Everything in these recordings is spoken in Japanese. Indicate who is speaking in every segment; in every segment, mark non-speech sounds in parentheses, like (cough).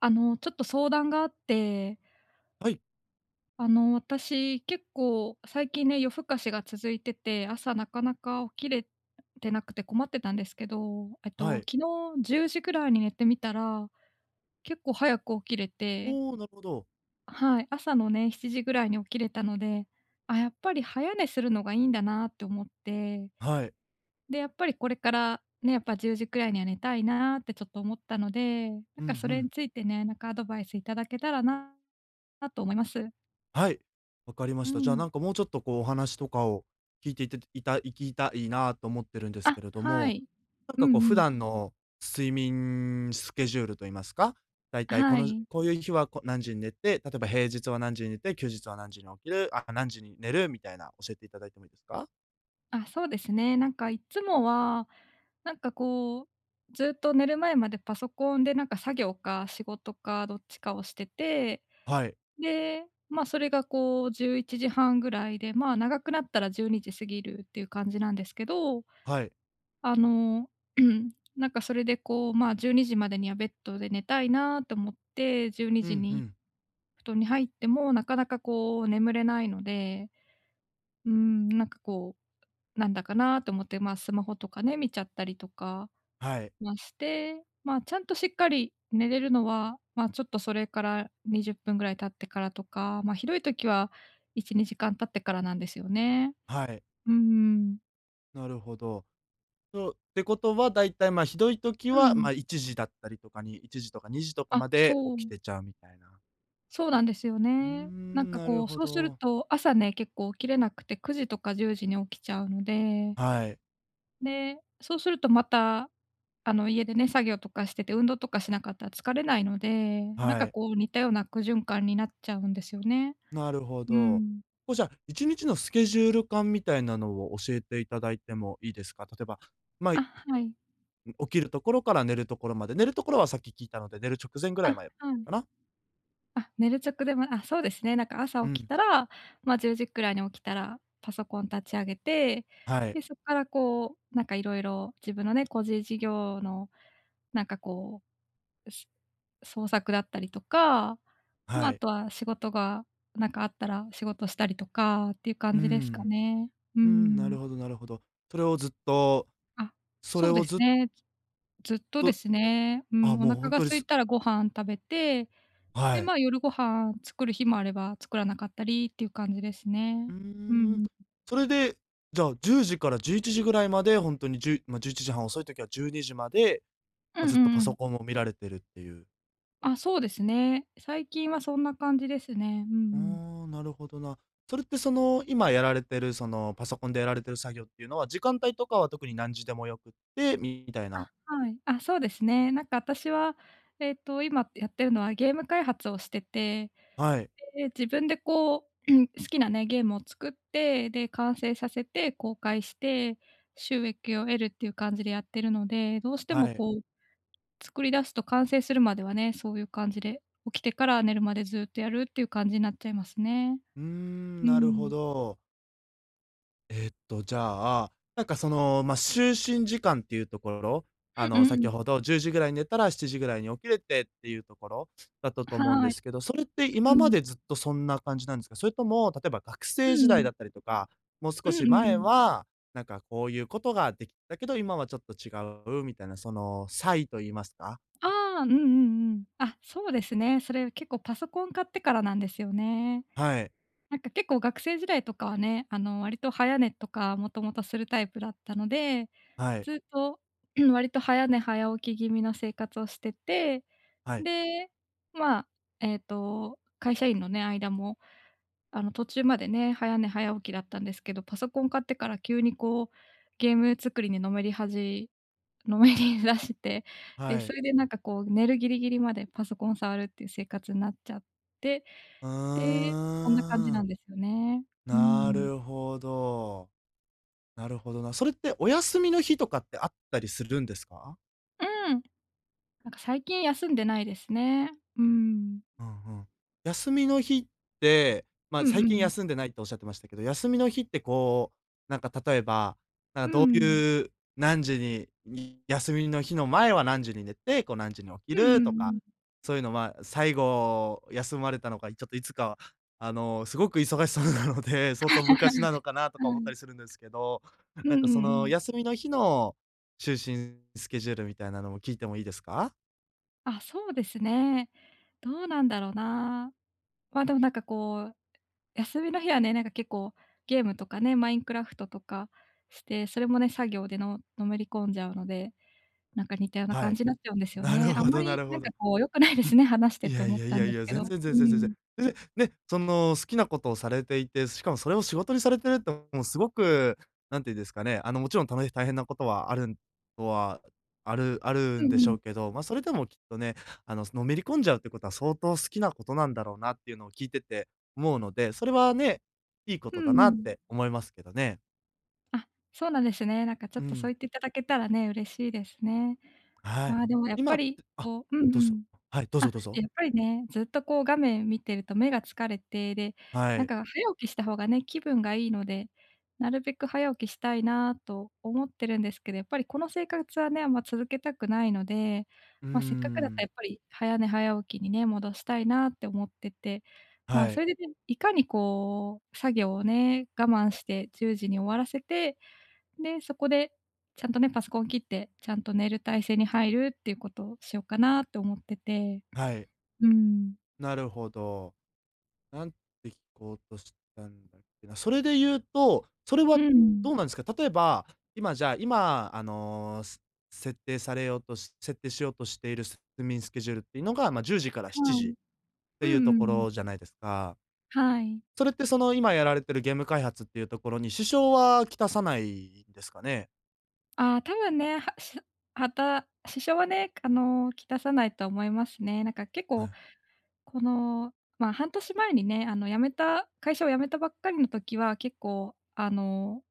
Speaker 1: ちょっと相談があって、
Speaker 2: はい、
Speaker 1: 私、結構最近ね、夜更かしが続いてて、朝なかなか起きれてなくて困ってたんですけど、
Speaker 2: はい。
Speaker 1: 昨日10時ぐらいに寝てみたら、結構早く起きれて、
Speaker 2: おお、なるほど。
Speaker 1: はい、朝のね、7時ぐらいに起きれたので、あ、やっぱり早寝するのがいいんだなって思って、
Speaker 2: はい。
Speaker 1: で、やっぱりこれからね、やっぱ10時くらいには寝たいなってちょっと思ったので、なん
Speaker 2: うんう
Speaker 1: かそれ
Speaker 2: ん。
Speaker 1: についてね、なんかアドバイスいただけたらなと思います。
Speaker 2: はい。わかりま
Speaker 1: う
Speaker 2: した。じゃあ、
Speaker 1: ん。
Speaker 2: なんかもうちょっとこうお話とかを聞いていていた聞きたいなと思ってるんですけ
Speaker 1: あ、
Speaker 2: れど
Speaker 1: は
Speaker 2: も、
Speaker 1: い。
Speaker 2: なん
Speaker 1: うん
Speaker 2: かこう
Speaker 1: う
Speaker 2: 普
Speaker 1: ん。
Speaker 2: 段の睡眠スケジュールと言いますか、だいたいこ
Speaker 1: は
Speaker 2: の
Speaker 1: い。
Speaker 2: こういう日はこ何時に寝て、例えば平日は何時に寝て、休日は何時に起きる、あ、何時に寝るみたいな教えていただいてもいいですか？
Speaker 1: あ、そうですね。なんかいつもは、なんかこう、ずっと寝る前までパソコンでなんか作業か仕事かどっちかをしてて、
Speaker 2: はい、
Speaker 1: で、まあ、それがこう11時半ぐらいで、まあ、長くなったら12時過ぎるっていう感じなんですけど、
Speaker 2: はい。
Speaker 1: あの、(clears throat) なんかそれでこう、まあ、12時までにはベッドで寝たいなと思って、12
Speaker 2: う
Speaker 1: 時
Speaker 2: ん
Speaker 1: に
Speaker 2: う
Speaker 1: じに
Speaker 2: ん。
Speaker 1: 布団に入ってもなかなかこう眠れないので、うーん、なんかこう、なんだかなと思って、まあ、スマホとかね、見ちゃったりとか、
Speaker 2: はい、
Speaker 1: まあ、して、まあ、ちゃんとしっかり寝れるのは、まあ、ちょっとそれから20分ぐらい経ってからとか、まあ、ひどい時は1、2時間経ってからなんですよね。
Speaker 2: はい。
Speaker 1: うんうん。
Speaker 2: なるほど。そう、ってことは、だいたい、まあ、ひどい時は、まあ、1時だったりとかに1時とか2時とか
Speaker 1: あ、
Speaker 2: まで
Speaker 1: そう、
Speaker 2: 起きてちゃうみたいな。
Speaker 1: そうなんですよ
Speaker 2: うー
Speaker 1: ね。なん
Speaker 2: ん、
Speaker 1: か
Speaker 2: な
Speaker 1: こ
Speaker 2: る
Speaker 1: う、
Speaker 2: ほ
Speaker 1: そうする
Speaker 2: ど。
Speaker 1: と、朝ね、結構起きれなくて9時とか10時に起きちゃうので
Speaker 2: はい、
Speaker 1: で、そうするとまた、家でね、作業とかしてて、運動とかしなかったら疲れないので、なん
Speaker 2: は
Speaker 1: か
Speaker 2: い、
Speaker 1: こう似たような悪循環になっちゃうんですよね。
Speaker 2: なるほ
Speaker 1: う
Speaker 2: ど。
Speaker 1: ん。
Speaker 2: こう、じゃあ、1日のスケジュール感みたいなのを教えていただいてもいいですか？例えば、まあ、
Speaker 1: あ、はい。
Speaker 2: 起きるところから寝るところまで、寝るところはさっき聞いたので、寝る直前ぐらい
Speaker 1: あ、
Speaker 2: まで
Speaker 1: はい。
Speaker 2: かな？
Speaker 1: あ、寝る直でもあ、そうですね、なんか
Speaker 2: う
Speaker 1: 朝起き
Speaker 2: ん、
Speaker 1: たら、ま、10時くらいに起きたら、パソコン立ち上げて、
Speaker 2: はい、
Speaker 1: で、そっからこう、なんか色々自分のね、個人事業のなんかこうし創作だったりとか、まあ、
Speaker 2: は
Speaker 1: あ
Speaker 2: い。
Speaker 1: とは仕事がなんかあったら仕事したりとかっていう
Speaker 2: う
Speaker 1: 感
Speaker 2: ー
Speaker 1: じですか
Speaker 2: ん、
Speaker 1: ね。うー
Speaker 2: うん、な
Speaker 1: ん。
Speaker 2: るほどなるほど。それをずっと、
Speaker 1: あ、
Speaker 2: そ
Speaker 1: そ
Speaker 2: れ
Speaker 1: うで
Speaker 2: を
Speaker 1: す
Speaker 2: ずっ
Speaker 1: ね。ずっとで
Speaker 2: と
Speaker 1: すね。うん、
Speaker 2: あ、
Speaker 1: お
Speaker 2: もうほ
Speaker 1: 腹
Speaker 2: ん
Speaker 1: が
Speaker 2: とに
Speaker 1: 空い
Speaker 2: す
Speaker 1: たらご飯食べて、
Speaker 2: は
Speaker 1: で、
Speaker 2: い。
Speaker 1: まあ、夜ご飯作る日もあれば作らなかったりっていう感じですね。
Speaker 2: うー
Speaker 1: うんう
Speaker 2: ん。
Speaker 1: ん。
Speaker 2: それで、じゃあ10時から11時ぐらいまで、ほんとに10ま、11時半、遅い時は12時まで、
Speaker 1: う
Speaker 2: ま、
Speaker 1: んう
Speaker 2: ずっと
Speaker 1: ん
Speaker 2: パ
Speaker 1: うん。
Speaker 2: ソコンを見られてるっていう。
Speaker 1: あ、そうですね。最近はそんな感じですね。うんう
Speaker 2: うー
Speaker 1: ん。
Speaker 2: ん、なるほどな。それってその、今やられてる、その、パソコンでやられてる作業っていうのは、時間帯とかは特に何時でもよくって、みたいな。
Speaker 1: あ、はい。あ、そうですね。なんか私は、今やってるのはゲーム開発をしてて、
Speaker 2: はい、
Speaker 1: で、自分でこう、(clears throat) 好きなね、ゲームを作って、で、完成させて公開して、収益を得るっていう感じでやってるので、どうしても
Speaker 2: はい。
Speaker 1: こう、作り出すと完成するまではね、そういう感じで、起きてから寝るまでずっとやるっていう感じになっちゃいますね。
Speaker 2: うーん、
Speaker 1: う
Speaker 2: なるほ
Speaker 1: ん。
Speaker 2: ど。えっと、じゃあ、就寝時間っていうところ、あ
Speaker 1: う
Speaker 2: の、
Speaker 1: んうんう
Speaker 2: 先
Speaker 1: ん。
Speaker 2: ほど10時ぐらいに寝たら7時ぐらいに起きれてっていうところだったと思うんで
Speaker 1: はい。
Speaker 2: すけど、それって
Speaker 1: う
Speaker 2: 今ま
Speaker 1: ん。
Speaker 2: でずっとそんな感じなんですか？それとも、例えば学
Speaker 1: う
Speaker 2: 生時代
Speaker 1: ん。
Speaker 2: だったりとか、もう
Speaker 1: う
Speaker 2: 少
Speaker 1: んう
Speaker 2: し
Speaker 1: んう
Speaker 2: 前
Speaker 1: ん。
Speaker 2: は、なんかこういうことができたけど、今はちょっと違うみたいな、その差異と言いますか？
Speaker 1: ああ、うんうんうん。あ、そうですね。それ結構パソコン買ってからなんですよね。
Speaker 2: はい、
Speaker 1: なんか結構学生時代とかはね、割と早寝とかもともとするタイプだったので、
Speaker 2: はい、
Speaker 1: ずっと (clears throat) 割と早寝早起き気味の生活をしてて、
Speaker 2: はい、
Speaker 1: で、まあ、会社員のね、間も、途中までね、早寝早起きだったんですけど、パソコン買ってから急にこう、ゲーム作りにのめり出して、(laughs) で、
Speaker 2: は
Speaker 1: そ
Speaker 2: い。
Speaker 1: れでなんかこう寝るギリギリまでパソコン触るっていう生活になっちゃって、
Speaker 2: うー
Speaker 1: で、そんな感じなん
Speaker 2: ん、
Speaker 1: ですよね。う
Speaker 2: な
Speaker 1: ん。
Speaker 2: るほど。なるほどな。それってお休みの日とかってあったりするんですか？
Speaker 1: うん、なんか最近休んでないですね。うん。
Speaker 2: うんうん。休みの日って、ま
Speaker 1: う
Speaker 2: あ、
Speaker 1: んう
Speaker 2: 最近
Speaker 1: ん。
Speaker 2: 休んでないっておっしゃってましたけど、休みの日ってこう、なんか例えば、なん
Speaker 1: う
Speaker 2: かどう
Speaker 1: ん。
Speaker 2: いう何時に、に休みの日の前は何時に寝て、こう何時に起き
Speaker 1: うんう
Speaker 2: る
Speaker 1: ん
Speaker 2: とか、
Speaker 1: うん。
Speaker 2: そういうのは、最後休まれたのが、ちょっといつか、あの、すごく忙しそうなので、相当昔なのかなと
Speaker 1: は
Speaker 2: か思った
Speaker 1: い。
Speaker 2: りするんですけど、
Speaker 1: う
Speaker 2: な
Speaker 1: ん
Speaker 2: ん
Speaker 1: う
Speaker 2: かそ
Speaker 1: んう
Speaker 2: の
Speaker 1: ん。
Speaker 2: 休みの日の就寝スケジュールみたいなのも聞いてもいいですか？
Speaker 1: あ、そうですね。どうなんだろうな。ま、でもなんかこう、休みの日はね、なんか結構ゲームとかね、マインクラフトとかして、それもね、作業でののめり込んじゃうので、なんか似たような
Speaker 2: は
Speaker 1: 感
Speaker 2: い。
Speaker 1: じになっちゃうんですよ
Speaker 2: なる
Speaker 1: ね。あん
Speaker 2: ほ
Speaker 1: ま
Speaker 2: どな
Speaker 1: り
Speaker 2: る
Speaker 1: な
Speaker 2: ほ
Speaker 1: んか
Speaker 2: ど。
Speaker 1: こう良くないですね、話して
Speaker 2: い
Speaker 1: て
Speaker 2: や
Speaker 1: 思
Speaker 2: い
Speaker 1: っ
Speaker 2: やい
Speaker 1: たん
Speaker 2: や
Speaker 1: で
Speaker 2: い
Speaker 1: す
Speaker 2: や、
Speaker 1: け
Speaker 2: 全
Speaker 1: ど。
Speaker 2: 然全
Speaker 1: う
Speaker 2: 然全然。
Speaker 1: ん。
Speaker 2: 全然、ね、その、好きなことをされていて、しかもそれを仕事にされてるって、もうすごく、なんて言うんですかね、あの、もちろん大変なことはあるんとは、あるある
Speaker 1: う
Speaker 2: ん
Speaker 1: んう
Speaker 2: でしょ
Speaker 1: ん。
Speaker 2: うけど、まあ、それでもきっとね、あの、のめり込んじゃうってことは相当好きなことなんだろうなっていうのを聞いてて思うので、それはね、いいこ
Speaker 1: う
Speaker 2: とだ
Speaker 1: んう
Speaker 2: なっ
Speaker 1: ん。
Speaker 2: て思いますけどね。
Speaker 1: あ、そうなんですね。なんかちょ
Speaker 2: う
Speaker 1: っとそう
Speaker 2: ん、
Speaker 1: 言っていただけたらね、嬉しいですね。
Speaker 2: はい。
Speaker 1: まあ、でもやっ
Speaker 2: 今
Speaker 1: ぱ
Speaker 2: っ
Speaker 1: り
Speaker 2: て
Speaker 1: こう、うん
Speaker 2: どう
Speaker 1: う
Speaker 2: ぞ。
Speaker 1: ん。
Speaker 2: はい、どうぞ
Speaker 1: あ、
Speaker 2: どうぞ。
Speaker 1: やっぱりね、ずっとこう画面見てると目が疲れて、で、
Speaker 2: は
Speaker 1: なん
Speaker 2: い。
Speaker 1: か早起きした方がね、気分がいいので、なるべく早起きしたいなと思ってるんですけど、やっぱりこの生活はね、あんま続けたくないので、
Speaker 2: うー
Speaker 1: まあ、せっかくだったらや
Speaker 2: ん。
Speaker 1: っぱり早寝早起きにね、戻したいなって思ってて、まあ、
Speaker 2: は
Speaker 1: そ
Speaker 2: い、
Speaker 1: れでね、いかにこう作業をね、我慢して10時に終わらせて、で、そこでちゃんとね、パソコン切って、ちゃんと寝る体制に入るっていうことをしようかなと思ってて。
Speaker 2: はい、
Speaker 1: うん。
Speaker 2: なるほど。なんて聞こうとしたんだっけな。それで言うと、それ
Speaker 1: う
Speaker 2: は
Speaker 1: ん。
Speaker 2: どうなんですか？例えば、今、設定しようとしている睡眠スケジュールっていうのが、ま、10時から7
Speaker 1: は
Speaker 2: 時
Speaker 1: い。
Speaker 2: っ
Speaker 1: う
Speaker 2: ていうと
Speaker 1: んう
Speaker 2: こ
Speaker 1: ん。
Speaker 2: ろじゃないですか。
Speaker 1: はい。
Speaker 2: それってその、今やられてるゲーム開発っていうところに支障はきたさないんですかね？
Speaker 1: ああ、多分ね、はしはた支障はね、きたさないと思いますね。なんか結
Speaker 2: は
Speaker 1: 構、
Speaker 2: い。
Speaker 1: この、まあ、半年前にね、あの辞めた会社を辞めたばっかりの時は、結構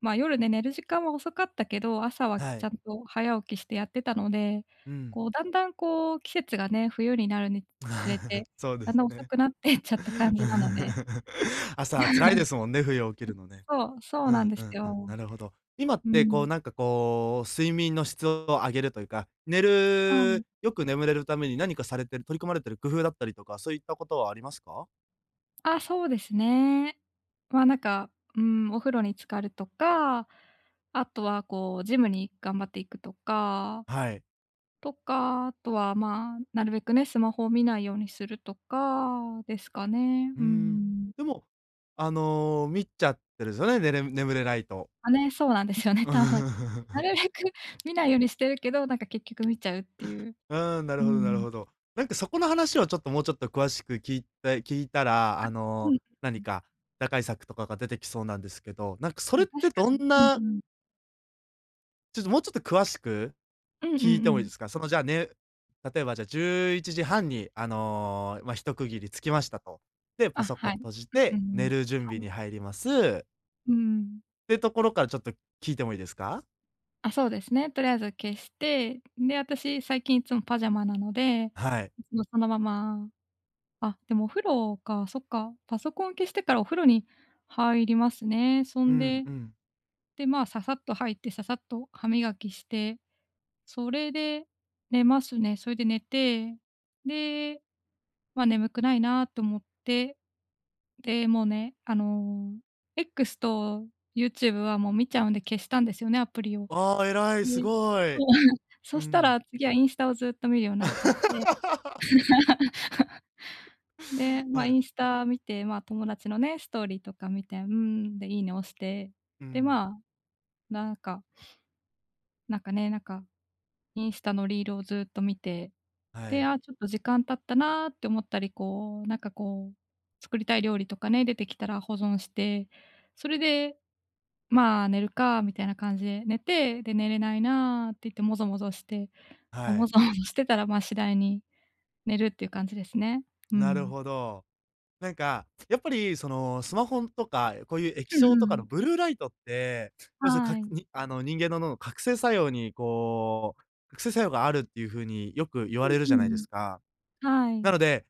Speaker 1: まあ、夜ね、寝る時間は遅かったけど、朝は
Speaker 2: は
Speaker 1: ちゃ
Speaker 2: い。
Speaker 1: んと早起きしてやってたので、
Speaker 2: うん。
Speaker 1: こうだんだんこう季節がね、冬になるにつれ
Speaker 2: (laughs)
Speaker 1: て、
Speaker 2: そうで
Speaker 1: だん
Speaker 2: す
Speaker 1: だん遅
Speaker 2: ね。
Speaker 1: くなってっちゃった感じなので、
Speaker 2: (laughs) 朝辛いですもんね、冬起きるのね。
Speaker 1: そう、そう
Speaker 2: う
Speaker 1: なん
Speaker 2: ん
Speaker 1: で
Speaker 2: う
Speaker 1: す
Speaker 2: んうん、
Speaker 1: よ。
Speaker 2: なるほど。今っ
Speaker 1: う
Speaker 2: て、こう、
Speaker 1: ん。
Speaker 2: なんか、こう、睡眠の質を上げるというか、寝
Speaker 1: うん。
Speaker 2: るよく眠れるために何かされてる、取り組まれてる工夫だったりとか、そういったことはありますか？
Speaker 1: あ、そうですね。まあ、なんか、うん、お風呂に浸かるとか、あとはこうジムに頑張っていくとか、
Speaker 2: はい。
Speaker 1: あとは、まあ、なるべくね、スマホを見ないようにするとかですかね。
Speaker 2: うー
Speaker 1: う
Speaker 2: ん。
Speaker 1: ん。
Speaker 2: でも、あの、見ちゃってるんですよね、眠れないと。
Speaker 1: まあ、ね、そうなんですよ
Speaker 2: (laughs)
Speaker 1: ね。(laughs)
Speaker 2: うん、
Speaker 1: なるべく (laughs) 見ないようにしてるけど、なんか結局見ちゃうっていう。
Speaker 2: うん、なる
Speaker 1: う
Speaker 2: ほどなる
Speaker 1: ん。
Speaker 2: ほど。なんか、そこの話をちょっと、もうちょっと詳しく聞いたら、
Speaker 1: あ、
Speaker 2: あ
Speaker 1: う
Speaker 2: の、
Speaker 1: ん、
Speaker 2: 何か打開策とかが出てきそうなんですけど、なんか、それ
Speaker 1: ま
Speaker 2: っ
Speaker 1: 確
Speaker 2: て
Speaker 1: か
Speaker 2: ど
Speaker 1: に。
Speaker 2: ん
Speaker 1: うん
Speaker 2: な、
Speaker 1: うん。
Speaker 2: ちょっと、もうちょっと詳しく
Speaker 1: うんうんう
Speaker 2: 聞いてもいい
Speaker 1: ん。
Speaker 2: ですか？そのじゃあね、例えばじゃあ11時半にあの、ま、一区切りつきましたと。で、
Speaker 1: あ、
Speaker 2: パソコ
Speaker 1: は
Speaker 2: ン
Speaker 1: い。
Speaker 2: 閉じ
Speaker 1: うんう
Speaker 2: て
Speaker 1: んう
Speaker 2: 寝
Speaker 1: ん。
Speaker 2: る準備
Speaker 1: はい。
Speaker 2: に入ります。っ
Speaker 1: うん。
Speaker 2: てところからちょっと聞いてもいいですか？
Speaker 1: あ、そうですね。とりあえず消して、で、私最近いつもパジャマなので、
Speaker 2: はい。
Speaker 1: もうそのまま、あ、でもお風呂か、そっか、パソコン消してからお風呂に入りますね。そ
Speaker 2: う
Speaker 1: ん
Speaker 2: ん
Speaker 1: で、
Speaker 2: うん。
Speaker 1: で、まあ、ささっと入って、ささっと歯磨きして、それで寝ますね。それで寝て、で、まあ、眠くないなと思って、で、もうね、X と YouTube はもう見ちゃうんで消したんですよね、アプリを。
Speaker 2: ああ、偉い、す
Speaker 1: で、
Speaker 2: ご
Speaker 1: そ
Speaker 2: い。
Speaker 1: う、(laughs) そ
Speaker 2: う
Speaker 1: した
Speaker 2: ん。
Speaker 1: ら次はインスタをずっと見るようになっちゃって、
Speaker 2: (laughs)
Speaker 1: (laughs) で、ま
Speaker 2: は
Speaker 1: あ、イ
Speaker 2: い。
Speaker 1: ンスタ見て、まあ、友達のね、ストーリーとか見て、うーん、で、いいね押して、
Speaker 2: う
Speaker 1: で、
Speaker 2: ん。
Speaker 1: まあ、なんかなんかね、なんかインスタのリールをずっと見て、
Speaker 2: は
Speaker 1: で、
Speaker 2: い。
Speaker 1: あ、ちょっと時間経ったなーって思ったり、こう、なんかこう、作りたい料理とかね、出てきたら保存して、それで、まあ、寝るかみたいな感じで寝て、で、寝れないなーって言ってもぞもぞして
Speaker 2: は
Speaker 1: もわ
Speaker 2: い。
Speaker 1: ざわざしてたら、まあ、次第に寝るっていう感じですね。う
Speaker 2: なる
Speaker 1: ん。
Speaker 2: ほど。なんか、やっぱりその、スマホとか、こういう液
Speaker 1: うん
Speaker 2: 晶とかの
Speaker 1: う
Speaker 2: ブ
Speaker 1: ん。
Speaker 2: ルーライトって、要するにか
Speaker 1: は
Speaker 2: く
Speaker 1: い。
Speaker 2: にあの、人間の脳の覚醒作用にこう、覚醒作用があるっていう風によく言わ
Speaker 1: う
Speaker 2: れる
Speaker 1: ん。
Speaker 2: じゃ
Speaker 1: う
Speaker 2: ないで
Speaker 1: ん
Speaker 2: すか。
Speaker 1: うん。は
Speaker 2: な
Speaker 1: い。
Speaker 2: ので、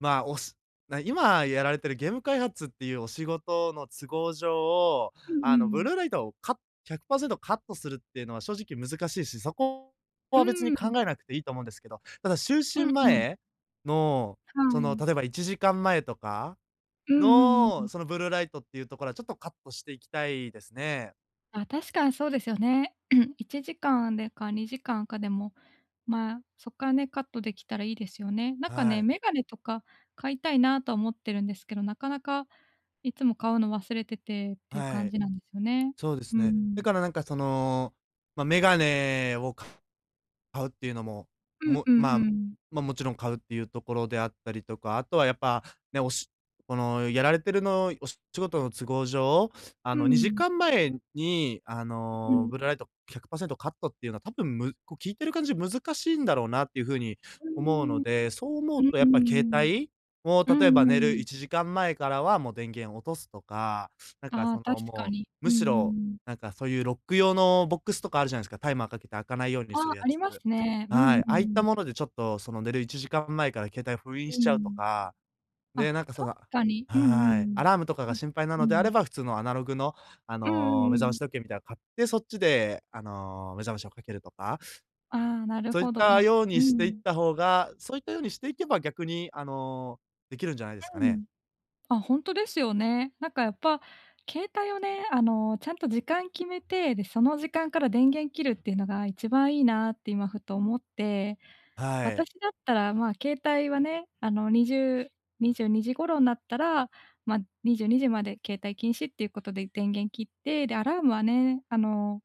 Speaker 2: まあ、おしな今やられてるゲーム開発っていうお仕事の都合上、
Speaker 1: うん
Speaker 2: あ
Speaker 1: う
Speaker 2: の、ブ
Speaker 1: ん。
Speaker 2: ルーライトをカッ100%カットするっていうのは正直難しいし、そこ
Speaker 1: う
Speaker 2: は別
Speaker 1: ー
Speaker 2: に考
Speaker 1: ん。
Speaker 2: えなくていいと思うんですけど、ただ就
Speaker 1: うん
Speaker 2: 寝
Speaker 1: うん。
Speaker 2: 前の、
Speaker 1: は
Speaker 2: その、
Speaker 1: い。
Speaker 2: 例えば1時間前とか
Speaker 1: うんうんうんうん。
Speaker 2: の、そのブルーライトっていうところはちょっとカットしていきたいですね。
Speaker 1: あ、確かにそうですよね。(clears throat) 1時間でか2時間かでも、まあ、そっからね、カットできたらいいですよね。なんか
Speaker 2: は
Speaker 1: ね、
Speaker 2: い。
Speaker 1: メガネとか買いたいなとは思ってるんですけど、なかなかいつも買うの忘れててっていう
Speaker 2: は
Speaker 1: 感
Speaker 2: い。
Speaker 1: じなんですよね。
Speaker 2: そうです
Speaker 1: う
Speaker 2: ね。だ
Speaker 1: ん。
Speaker 2: からなんかその、ま、メガネを買うっていうのも、
Speaker 1: うん
Speaker 2: も
Speaker 1: う
Speaker 2: ま
Speaker 1: ん
Speaker 2: あ、
Speaker 1: うん。
Speaker 2: ま、もちろん買うっていうところであったりとか、あとはやっぱ、ね、おしこのやられてるのお仕事の都合上、あ
Speaker 1: う
Speaker 2: の、2
Speaker 1: ん。
Speaker 2: 時間前に、あ
Speaker 1: う
Speaker 2: の、
Speaker 1: ん。
Speaker 2: ブルーライト100%カットっていうのは多分こう聞いてる感じ難しいんだろうなっていう風に
Speaker 1: う
Speaker 2: 思う
Speaker 1: ー
Speaker 2: の
Speaker 1: ん。
Speaker 2: で、そう思
Speaker 1: う
Speaker 2: う
Speaker 1: ん
Speaker 2: と
Speaker 1: う
Speaker 2: やっぱ携
Speaker 1: ん。
Speaker 2: 帯を
Speaker 1: うん
Speaker 2: 例えば
Speaker 1: う
Speaker 2: 寝る
Speaker 1: ん。
Speaker 2: 1時間前からはもう電源落とすとか、なんか
Speaker 1: ああ、
Speaker 2: そ
Speaker 1: 確
Speaker 2: の
Speaker 1: か
Speaker 2: も
Speaker 1: に。
Speaker 2: う、
Speaker 1: う
Speaker 2: むし
Speaker 1: んう
Speaker 2: ろ、
Speaker 1: ん。
Speaker 2: なんかそういうロック用のボックスとかあるじゃないですか、タイマーかけて開かないように
Speaker 1: あ
Speaker 2: する
Speaker 1: あ、
Speaker 2: や
Speaker 1: あり
Speaker 2: つ。
Speaker 1: ますね。うん
Speaker 2: は
Speaker 1: うん
Speaker 2: い。あ
Speaker 1: う
Speaker 2: あいった
Speaker 1: ん。
Speaker 2: ものでちょっと、その、寝る1時間前から携帯封印
Speaker 1: う
Speaker 2: しちゃうと
Speaker 1: ん。
Speaker 2: か、
Speaker 1: あ、
Speaker 2: で、なんか、そ
Speaker 1: 確
Speaker 2: の
Speaker 1: かに。うんう
Speaker 2: はい。ア
Speaker 1: ん
Speaker 2: ラームとか
Speaker 1: うん。
Speaker 2: が心配な
Speaker 1: うん。
Speaker 2: の
Speaker 1: う
Speaker 2: であれ
Speaker 1: ん。
Speaker 2: ば、普通のアナログの、あ
Speaker 1: うんうん
Speaker 2: の、
Speaker 1: う
Speaker 2: 目覚ま
Speaker 1: ん。
Speaker 2: し時計みたいなの買って、そっちで、あの、目覚ましをかけるとか、
Speaker 1: ああ、なる
Speaker 2: そういっ
Speaker 1: ほど。い
Speaker 2: た
Speaker 1: や、
Speaker 2: よう
Speaker 1: う
Speaker 2: にしていっ
Speaker 1: ん。
Speaker 2: た方がそういったようにしていけば逆に、あの、できるんじゃないですか
Speaker 1: う
Speaker 2: ね。
Speaker 1: ん。あ、ほんとですよね。なんかやっぱ、携帯をね、ちゃんと時間決めて、で、その時間から電源切るっていうのが一番いいなって今ふと思って、
Speaker 2: はい。
Speaker 1: 私だったら、まあ、携帯はね、2 0 2時頃になったら、まあ、22時まで携帯禁止っていうことで電源切って、で、アラームはね、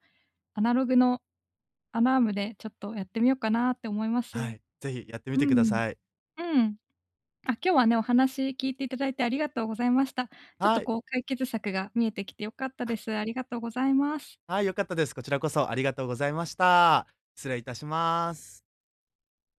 Speaker 1: アナログのアラームでちょっとやってみようかなって思いま
Speaker 2: は
Speaker 1: す。
Speaker 2: い。ぜひやってみ
Speaker 1: う
Speaker 2: てくだ
Speaker 1: ん。
Speaker 2: さい。
Speaker 1: うん。あ、今日はね、お話聞いていただいてありがとうございました。ちょっと
Speaker 2: はい。
Speaker 1: こう解決策が見えてきて良かったです。ありがとうございます。
Speaker 2: はい、良かったです。こちらこそありがとうございました。失礼いたします。